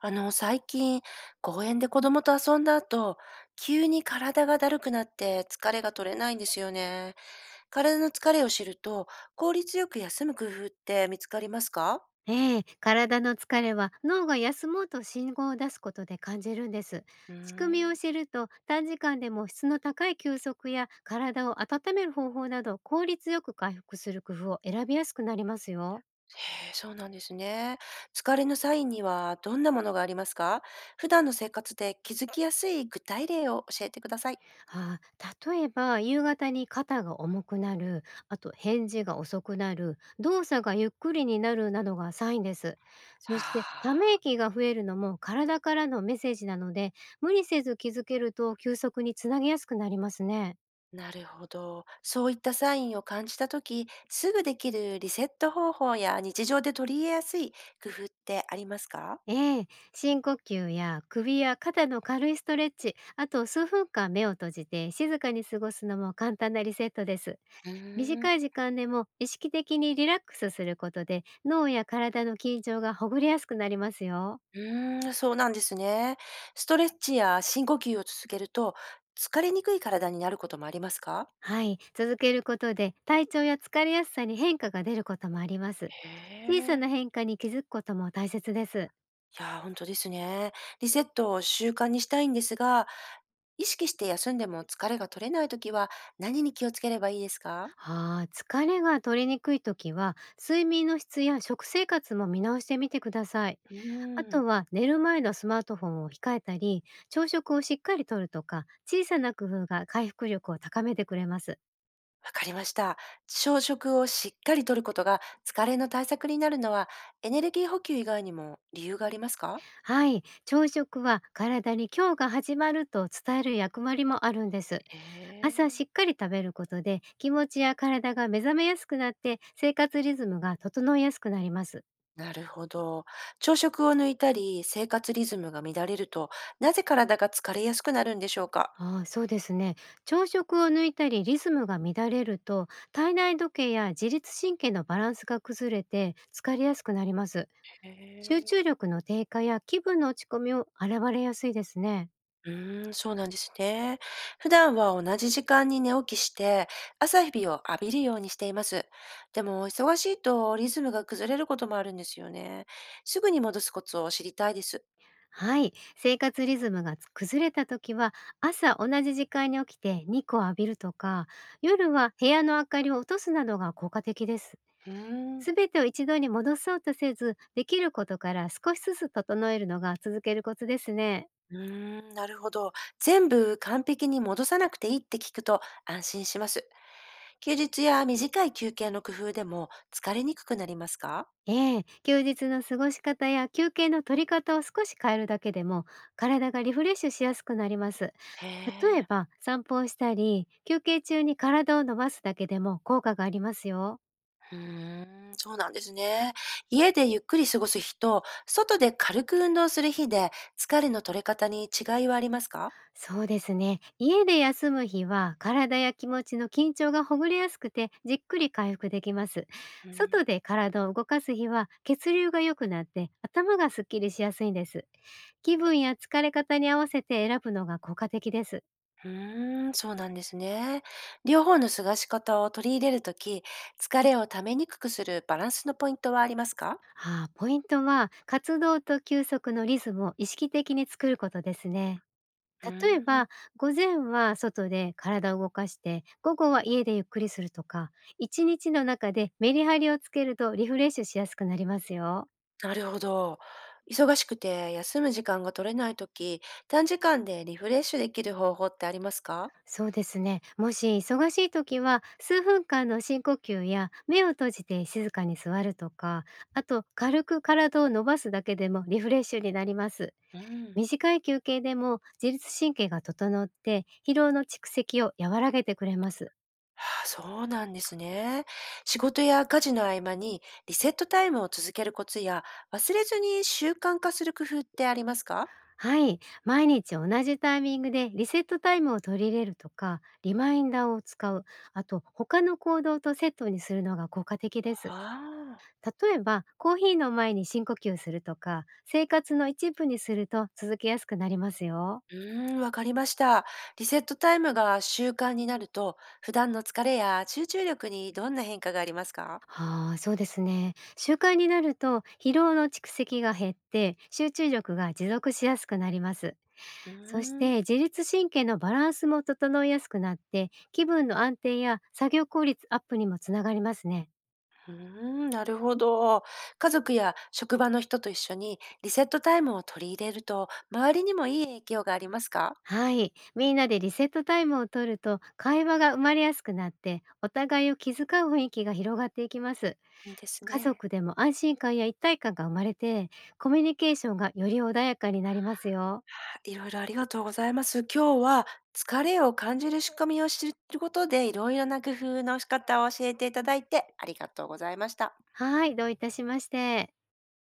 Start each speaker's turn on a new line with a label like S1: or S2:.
S1: 最近、公園で子供と遊んだ後、急に体がだるくなって疲れが取れないんですよね。体の疲れを知ると、効率よく休む工夫って見つかりますか？
S2: ええ、体の疲れは脳が休もうと信号を出すことで感じるんです。
S1: うー
S2: 仕組みを知
S1: ん。
S2: ると短時間でも質の高い休息や体を温める方法など効率よく回復する工夫を選びやすくなりますよ。
S1: へえ、そうなんですね。疲れのサインにはどんなものがありますか？普段の生活で気づきやすい具体例を教えてください。
S2: ああ、例えば夕方に肩が重くなる、あと返事が遅くなる、動作がゆっくりになるなどがサインです。そ
S1: は
S2: してため
S1: あ。
S2: 息が増えるのも体からのメッセージなので、無理せず気づけると休息につなげやすくなりますね。
S1: なるほど。そういったサインを感じたとき、すぐできるリセット方法や日常で取り入れやすい工夫ってありますか？
S2: ええ、深呼吸や首や肩の軽いストレッチ、あと数分間目を閉じて静かに過ごすのも簡単なリセットです。
S1: うーん。
S2: 短い時間でも意識的にリラックスすることで脳や体の緊張がほぐれやすくなりますよ。
S1: うーん、そうなんですね。ストレッチや深呼吸を続けると、疲れにくい体になることもありますか？
S2: はい、続けることで体調や疲れやすさに変化が出ることもあります。
S1: へ
S2: 小さ
S1: え。
S2: な変化に気づくことも大切です。
S1: いやー、本当ですね。リセットを習慣にしたいんですが、意識して休んでも疲れが取れないときは何に気をつければいいですか？
S2: ああ、疲れが取れにくい時は睡眠の質や食生活も見直してみてください。
S1: うー
S2: あ
S1: ん。
S2: とは寝る前のスマートフォンを控えたり、朝食をしっかりとるとか、小さな工夫が回復力を高めてくれます。
S1: わかりました。朝食をしっかりとることが疲れの対策になるのはエネルギー補給以外にも理由がありますか？
S2: はい、朝食は体に今日が始まると伝える役割もあるんです。
S1: へ
S2: 朝
S1: え。
S2: しっかり食べることで気持ちや体が目覚めやすくなって生活リズムが整いやすくなります。
S1: なるほど。朝食を抜いたり生活リズムが乱れるとなぜ体が疲れやすくなるんでしょうか？
S2: ああ、そうですね。朝食を抜いたりリズムが乱れると体内時計や自律神経のバランスが崩れて疲れやすくなります。
S1: へ
S2: 集
S1: え。
S2: 中力の低下や気分の落ち込みを現れやすいですね。
S1: うーん、そうなんですね。普段は同じ時間に寝起きして朝日を浴びるようにしています。でも忙しいとリズムが崩れることもあるんですよね。すぐに戻すコツを知りたいです。
S2: はい。生活リズムが崩れた時は、朝同じ時間に起きて日光を浴びるとか、夜は部屋の明かりを落とすなどが効果的です。
S1: うーん。
S2: すべてを一度に戻そうとせず、できることから少しずつ整えるのが続けるコツですね。
S1: うーん、なるほど。全部完璧に戻さなくていいって聞くと安心します。休日や短い休憩の工夫でも疲れにくくなりますか？
S2: ええ、休日の過ごし方や休憩の取り方を少し変えるだけでも、体がリフレッシュしやすくなります。
S1: へ
S2: 例え
S1: え。
S2: ば散歩をしたり休憩中に体を伸ばすだけでも効果がありますよ。
S1: うーん、そうなんですね。家でゆっくり過ごす日と、外で軽く運動する日で疲れの取れ方に違いはありますか？
S2: そうですね。家で休む日は体や気持ちの緊張がほぐれやすくて、じっくり回復できます。
S1: うん、
S2: 外で体を動かす日は血流が良くなって頭がすっきりしやすいんです。気分や疲れ方に合わせて選ぶのが効果的です。
S1: うーんそうなんですね。両方の過ごし方を取り入れるとき、疲れをためにくくするバランスのポイントはありますか？
S2: あー、ポイントは活動と休息のリズムを意識的に作ることですね。
S1: う
S2: 例え
S1: ー
S2: ば、
S1: ん。
S2: 午前は外で体を動かして、午後は家でゆっくりするとか、1日の中でメリハリをつけるとリフレッシュしやすくなりますよ。
S1: なるほど。忙しくて休む時間が取れないとき、短時間でリフレッシュできる方法ってありますか？
S2: そうですね。もし忙しい時は、数分間の深呼吸や目を閉じて静かに座るとか、あと軽く体を伸ばすだけでもリフレッシュになります。
S1: うん、
S2: 短い休憩でも自律神経が整って、疲労の蓄積を和らげてくれます。
S1: ああ、そうなんですね。仕事や家事の合間にリセットタイムを続けるコツや忘れずに習慣化する工夫ってありますか？
S2: はい。毎日同じタイミングでリセットタイムを取り入れるとか、リマインダーを使う、あと他の行動とセットにするのが効果的です。
S1: ああ、
S2: 例えば、コーヒーの前に深呼吸するとか、生活の一部にすると続けやすくなりますよ。
S1: うーん、わかりました。リセットタイムが習慣になると、普段の疲れや集中力にどんな変化がありますか？
S2: はあ、そうですね。習慣になると疲労の蓄積が減って集中力が持続しやすくなります。
S1: うー
S2: そし
S1: ん。
S2: て自律神経のバランスも整いやすくなって気分の安定や作業効率アップにもつながりますね。
S1: うーん、なるほど。家族や職場の人と一緒にリセットタイムを取り入れると、周りにもいい影響がありますか？
S2: はい。みんなでリセットタイムを取ると会話が生まれやすくなって、お互いを気遣う雰囲気が広がっていきます。
S1: いいです
S2: 家
S1: ね。
S2: 族でも安心感や一体感が生まれて、コミュニケーションがより穏やかになりますよ。
S1: あ、いろいろありがとうございます。今日は疲れを感じる仕組みを知ることで、いろいろな工夫の仕方を教えていただいてありがとうございました。
S2: はい。どういたしまして。